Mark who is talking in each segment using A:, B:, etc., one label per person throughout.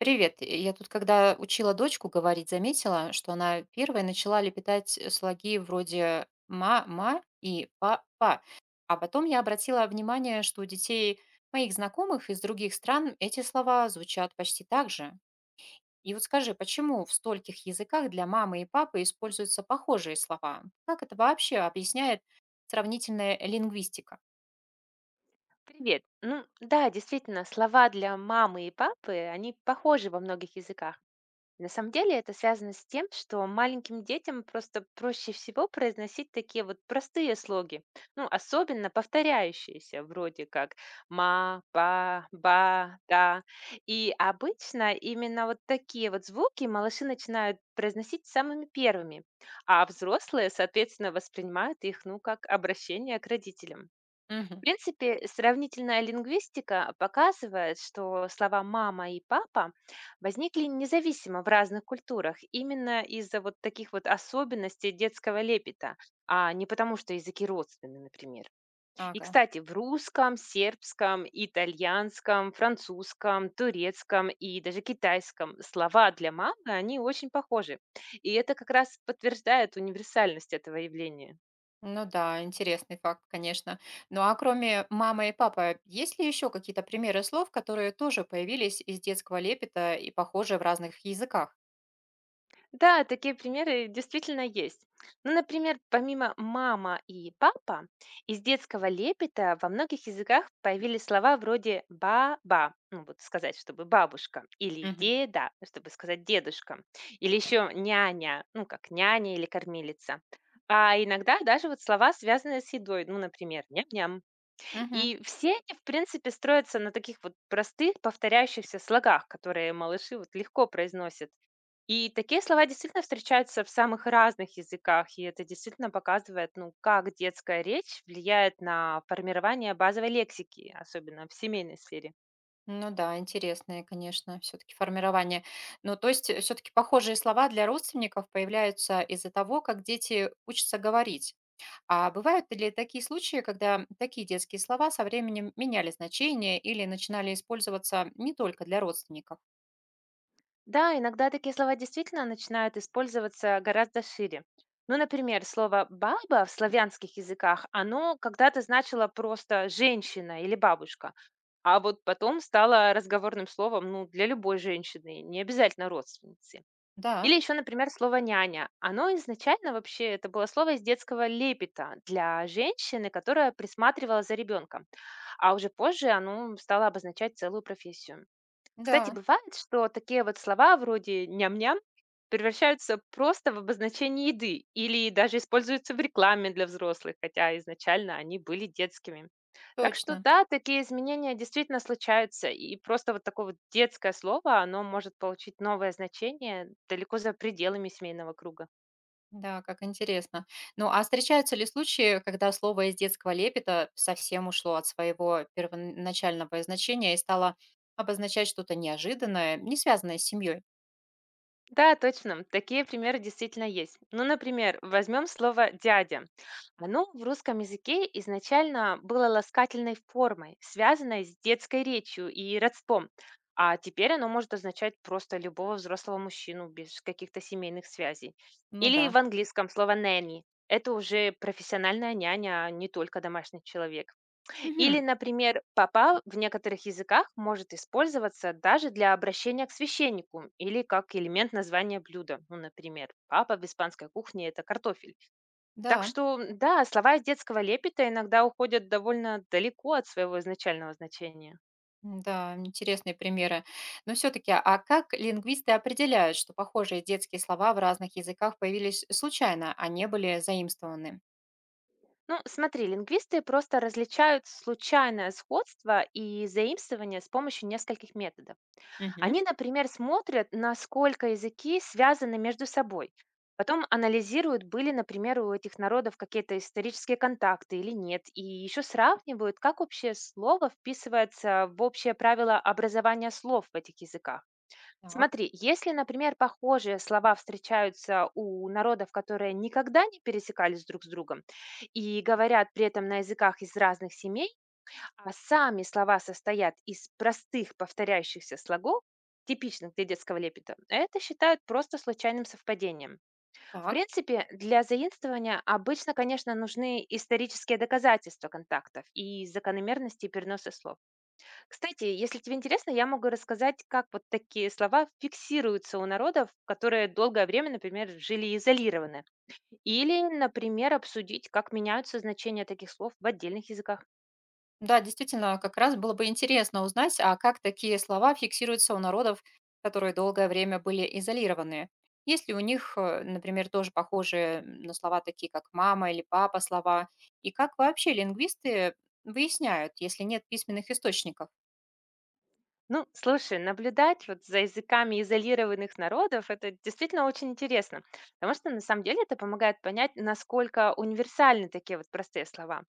A: Привет. Я тут, когда учила дочку говорить, заметила, что она первой начала лепетать слоги вроде «ма-ма» и «па-па». А потом я обратила внимание, что у детей моих знакомых из других стран эти слова звучат почти так же. И вот скажи, почему в стольких языках для мамы и папы используются похожие слова? Как это вообще объясняет сравнительная лингвистика?
B: Привет. Ну да, действительно, слова для мамы и папы, они похожи во многих языках. На самом деле это связано с тем, что маленьким детям просто проще всего произносить такие вот простые слоги, ну, особенно повторяющиеся, вроде как ма, па, ба, да. И обычно именно вот такие вот звуки малыши начинают произносить самыми первыми, а взрослые, соответственно, воспринимают их, ну, как обращение к родителям. В
A: Мгм.
B: принципе, сравнительная лингвистика показывает, что слова «мама» и «папа» возникли независимо в разных культурах, именно из-за вот таких вот особенностей детского лепета, а не потому, что языки родственны, например. И,
A: Ага.
B: кстати, в русском, сербском, итальянском, французском, турецком и даже китайском слова для мамы, они очень похожи. И это как раз подтверждает универсальность этого явления.
A: Ну да, интересный факт, конечно. Ну а кроме мамы и папы, есть ли еще какие-то примеры слов, которые тоже появились из детского лепета и похожи в разных языках?
B: Да, такие примеры действительно есть. Ну, например, помимо «мама» и «папа», из детского лепета во многих языках появились слова вроде «баба», ну, вот сказать, чтобы бабушка, или
A: Мгм.
B: «деда», чтобы сказать дедушка, или еще «няня», ну, как «няня» или «кормилица». А иногда даже вот слова, связанные с едой, ну, например, «ням-ням».
A: Мгм.
B: И все они, в принципе, строятся на таких вот простых повторяющихся слогах, которые малыши вот легко произносят. И такие слова действительно встречаются в самых разных языках, и это действительно показывает, ну, как детская речь влияет на формирование базовой лексики, особенно в семейной сфере.
A: Ну да, интересное, конечно, все-таки формирование. Ну, то есть все-таки похожие слова для родственников появляются из-за того, как дети учатся говорить. А бывают ли такие случаи, когда такие детские слова со временем меняли значение или начинали использоваться не только для родственников?
B: Да, иногда такие слова действительно начинают использоваться гораздо шире. Ну, например, слово «баба» в славянских языках, оно когда-то значило просто «женщина» или «бабушка», а вот потом стало разговорным словом ну, для любой женщины, не обязательно родственницы.
A: Да,
B: Или еще, например, слово «няня». Оно изначально вообще, это было слово из детского лепета для женщины, которая присматривала за ребенком, а уже позже оно стало обозначать целую профессию. Кстати,
A: да,
B: бывает, что такие вот слова вроде «ням-ням» превращаются просто в обозначение еды или даже используются в рекламе для взрослых, хотя изначально они были детскими. Так что
A: точно.
B: да, такие изменения действительно случаются, и просто вот такое вот детское слово, оно может получить новое значение далеко за пределами семейного круга.
A: Да, как интересно. Ну, а встречаются ли случаи, когда слово из детского лепета совсем ушло от своего первоначального значения и стало обозначать что-то неожиданное, не связанное с семьей?
B: Да, точно. Такие примеры действительно есть. Ну, например, возьмем слово «дядя». Оно в русском языке изначально было ласкательной формой, связанной с детской речью и родством. А теперь оно может означать просто любого взрослого мужчину без каких-то семейных связей.
A: Ну
B: Или в
A: да.
B: английском слово «нэнни». Это уже профессиональная няня, а не только домашний человек. Или,
A: Мгм.
B: например, «папа» в некоторых языках может использоваться даже для обращения к священнику или как элемент названия блюда. Ну, например, «папа» в испанской кухне — это картофель. Так
A: Да,
B: что, да, слова из детского лепета иногда уходят довольно далеко от своего изначального значения.
A: м, да, интересные примеры. Но все-таки, а как лингвисты определяют, что похожие детские слова в разных языках появились случайно, а не были заимствованы?
B: Ну, смотри, лингвисты просто различают случайное сходство и заимствование с помощью нескольких методов.
A: Мгм.
B: Они, например, смотрят, насколько языки связаны между собой. Потом анализируют, были, например, у этих народов какие-то исторические контакты или нет, и еще сравнивают, как общее слово вписывается в общее правило образования слов в этих языках.
A: Так,
B: Смотри, если, например, похожие слова встречаются у народов, которые никогда не пересекались друг с другом и говорят при этом на языках из разных семей, а сами слова состоят из простых повторяющихся слогов, типичных для детского лепета. Это считают просто случайным совпадением. В
A: так.
B: принципе, для заимствования обычно, конечно, нужны исторические доказательства контактов и закономерности переноса слов. Кстати, если тебе интересно, я могу рассказать, как вот такие слова фиксируются у народов, которые долгое время, например, жили изолированы. Или, например, обсудить, как меняются значения таких слов в отдельных языках.
A: Да, действительно, как раз было бы интересно узнать, а как такие слова фиксируются у народов, которые долгое время были изолированы. Есть ли у них, например, тоже похожие на слова такие, как мама или папа слова? И как вообще лингвисты выясняют, если нет письменных источников?
B: Ну, слушай, наблюдать вот за языками изолированных народов, это действительно очень интересно, потому что на самом деле это помогает понять, насколько универсальны такие вот простые слова.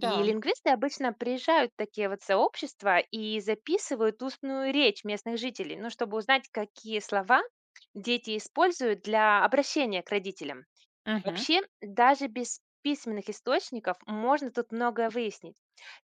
B: И лингвисты обычно приезжают в такие вот сообщества и записывают устную речь местных жителей, ну, чтобы узнать, какие слова дети используют для обращения к родителям.
A: Мгм.
B: Вообще, даже без письменных источников можно тут многое выяснить.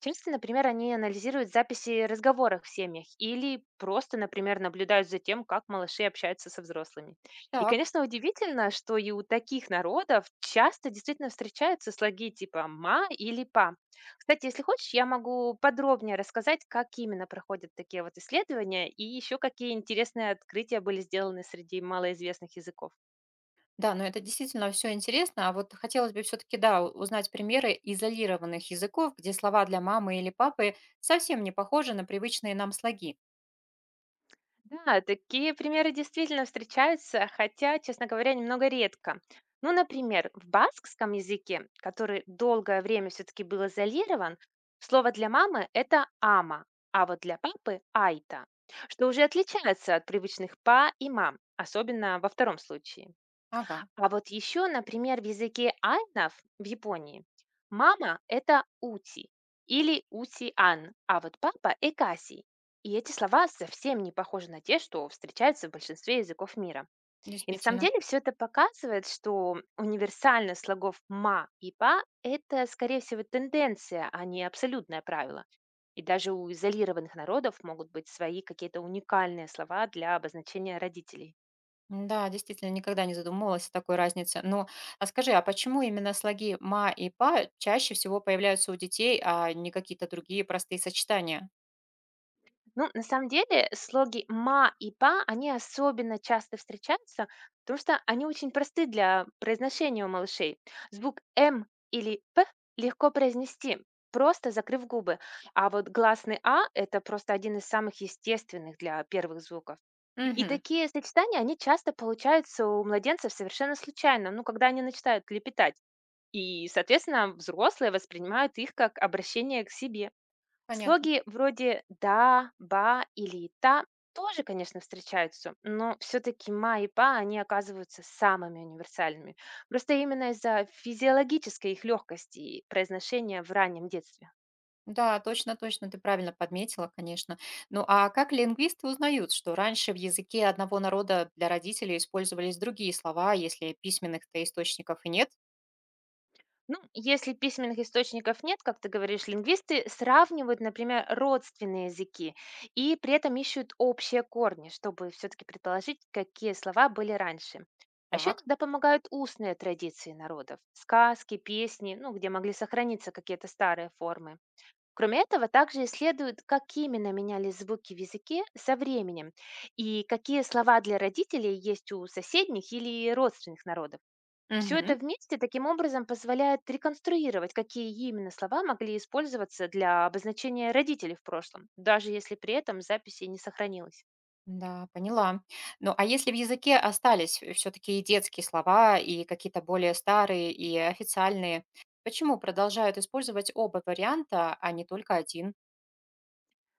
B: Часто, например, они анализируют записи разговоров в семьях или просто, например, наблюдают за тем, как малыши общаются со взрослыми. И,
A: Так.
B: конечно, удивительно, что и у таких народов часто действительно встречаются слоги типа «ма» или «па». Кстати, если хочешь, я могу подробнее рассказать, как именно проходят такие вот исследования и еще какие интересные открытия были сделаны среди малоизвестных языков.
A: Да, но это действительно все интересно. А вот хотелось бы все-таки, да, узнать примеры изолированных языков, где слова для мамы или папы совсем не похожи на привычные нам слоги.
B: Да, такие примеры действительно встречаются, хотя, честно говоря, немного редко. Ну, например, в баскском языке, который долгое время все-таки был изолирован, слово для мамы — это «ама», а вот для папы — «айта», что уже отличается от привычных «па» и «мам», особенно во втором случае.
A: Ага,
B: А вот еще, например, в языке айнов в Японии мама — это ути или ути-ан, а вот папа — экаси. И эти слова совсем не похожи на те, что встречаются в большинстве языков мира. И на самом
A: действительно.
B: деле все это показывает, что универсальность слогов «ма» и «па — это, скорее всего, тенденция, а не абсолютное правило. И даже у изолированных народов могут быть свои какие-то уникальные слова для обозначения родителей.
A: Да, действительно, никогда не задумывалась о такой разнице. Но а скажи, а почему именно слоги «ма» и «па» чаще всего появляются у детей, а не какие-то другие простые сочетания?
B: Ну, на самом деле, слоги «ма» и «па», они особенно часто встречаются, потому что они очень просты для произношения у малышей. Звук «м» или «п» легко произнести, просто закрыв губы. А вот гласный «а» — это просто один из самых естественных для первых звуков. И
A: Мгм,
B: такие сочетания, они часто получаются у младенцев совершенно случайно, ну, когда они начинают лепетать. И, соответственно, взрослые воспринимают их как обращение к себе.
A: понятно.
B: Слоги вроде «да», «ба» или «та» тоже, конечно, встречаются, но все-таки «ма» и «па» они оказываются самыми универсальными. Просто именно из-за физиологической их легкости и произношения в раннем детстве.
A: Да, точно, точно, ты правильно подметила, конечно. Ну а как лингвисты узнают, что раньше в языке одного народа для родителей использовались другие слова, если письменных-то источников и нет?
B: Ну, если письменных источников нет, как ты говоришь, лингвисты сравнивают, например, родственные языки и при этом ищут общие корни, чтобы все-таки предположить, какие слова были раньше. А еще
A: Так.
B: иногда помогают устные традиции народов, сказки, песни, ну, где могли сохраниться какие-то старые формы. Кроме этого, также исследуют, как именно менялись звуки в языке со временем и какие слова для родителей есть у соседних или родственных народов. Все это
A: Мгм.
B: вместе таким образом позволяет реконструировать, какие именно слова могли использоваться для обозначения родителей в прошлом, даже если при этом записи не сохранилось.
A: Да, поняла. Ну, а если в языке остались все-таки и детские слова, и какие-то более старые, и официальные, почему продолжают использовать оба варианта, а не только один?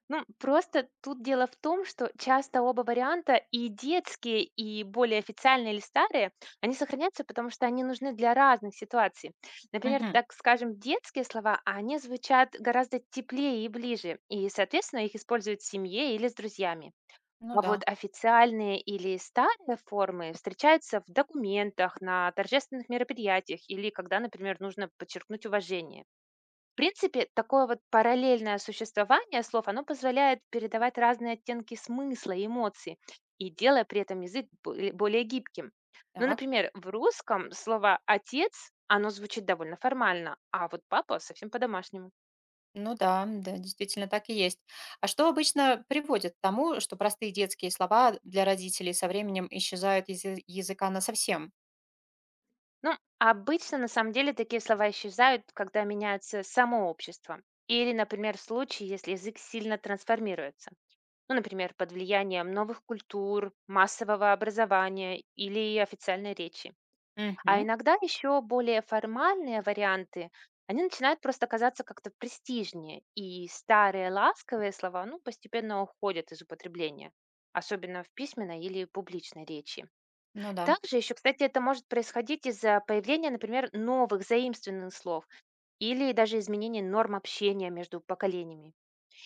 B: Ну, просто тут дело в том, что часто оба варианта, и детские, и более официальные или старые, они сохраняются, потому что они нужны для разных ситуаций. Например,
A: Мгм.
B: так скажем, детские слова, они звучат гораздо теплее и ближе, и, соответственно, их используют в семье или с друзьями.
A: Ну
B: А
A: да,
B: вот официальные или старые формы встречаются в документах, на торжественных мероприятиях или когда, например, нужно подчеркнуть уважение. В принципе, такое вот параллельное существование слов, оно позволяет передавать разные оттенки смысла и эмоций, и делая при этом язык более гибким. Ну,
A: так.
B: например, в русском слово «отец», оно звучит довольно формально, а вот «папа» совсем по-домашнему.
A: Ну да, да, действительно так и есть. А что обычно приводит к тому, что простые детские слова для родителей со временем исчезают языка насовсем?
B: Ну, обычно на самом деле такие слова исчезают, когда меняется само общество. Или, например, в случае, если язык сильно трансформируется. Ну, например, под влиянием новых культур, массового образования или официальной речи. А
A: Мгм.
B: иногда еще более формальные варианты, они начинают просто казаться как-то престижнее, и старые ласковые слова ну, постепенно уходят из употребления, особенно в письменной или публичной речи.
A: Ну да.
B: Также еще, кстати, это может происходить из-за появления, например, новых заимствованных слов или даже изменения норм общения между поколениями.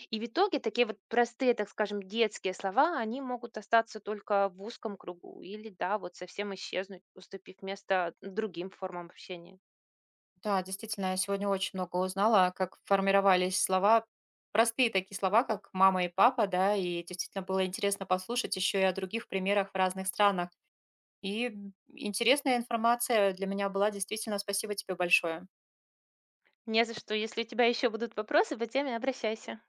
B: И в итоге такие вот простые, так скажем, детские слова, они могут остаться только в узком кругу или, да, вот совсем исчезнуть, уступив место другим формам общения.
A: Да, действительно, я сегодня очень много узнала, как формировались слова, простые такие слова, как мама и папа, да, и действительно было интересно послушать еще и о других примерах в разных странах. И м, интересная информация для меня была, действительно, спасибо тебе большое.
B: Не за что. Если у тебя еще будут вопросы по теме, обращайся.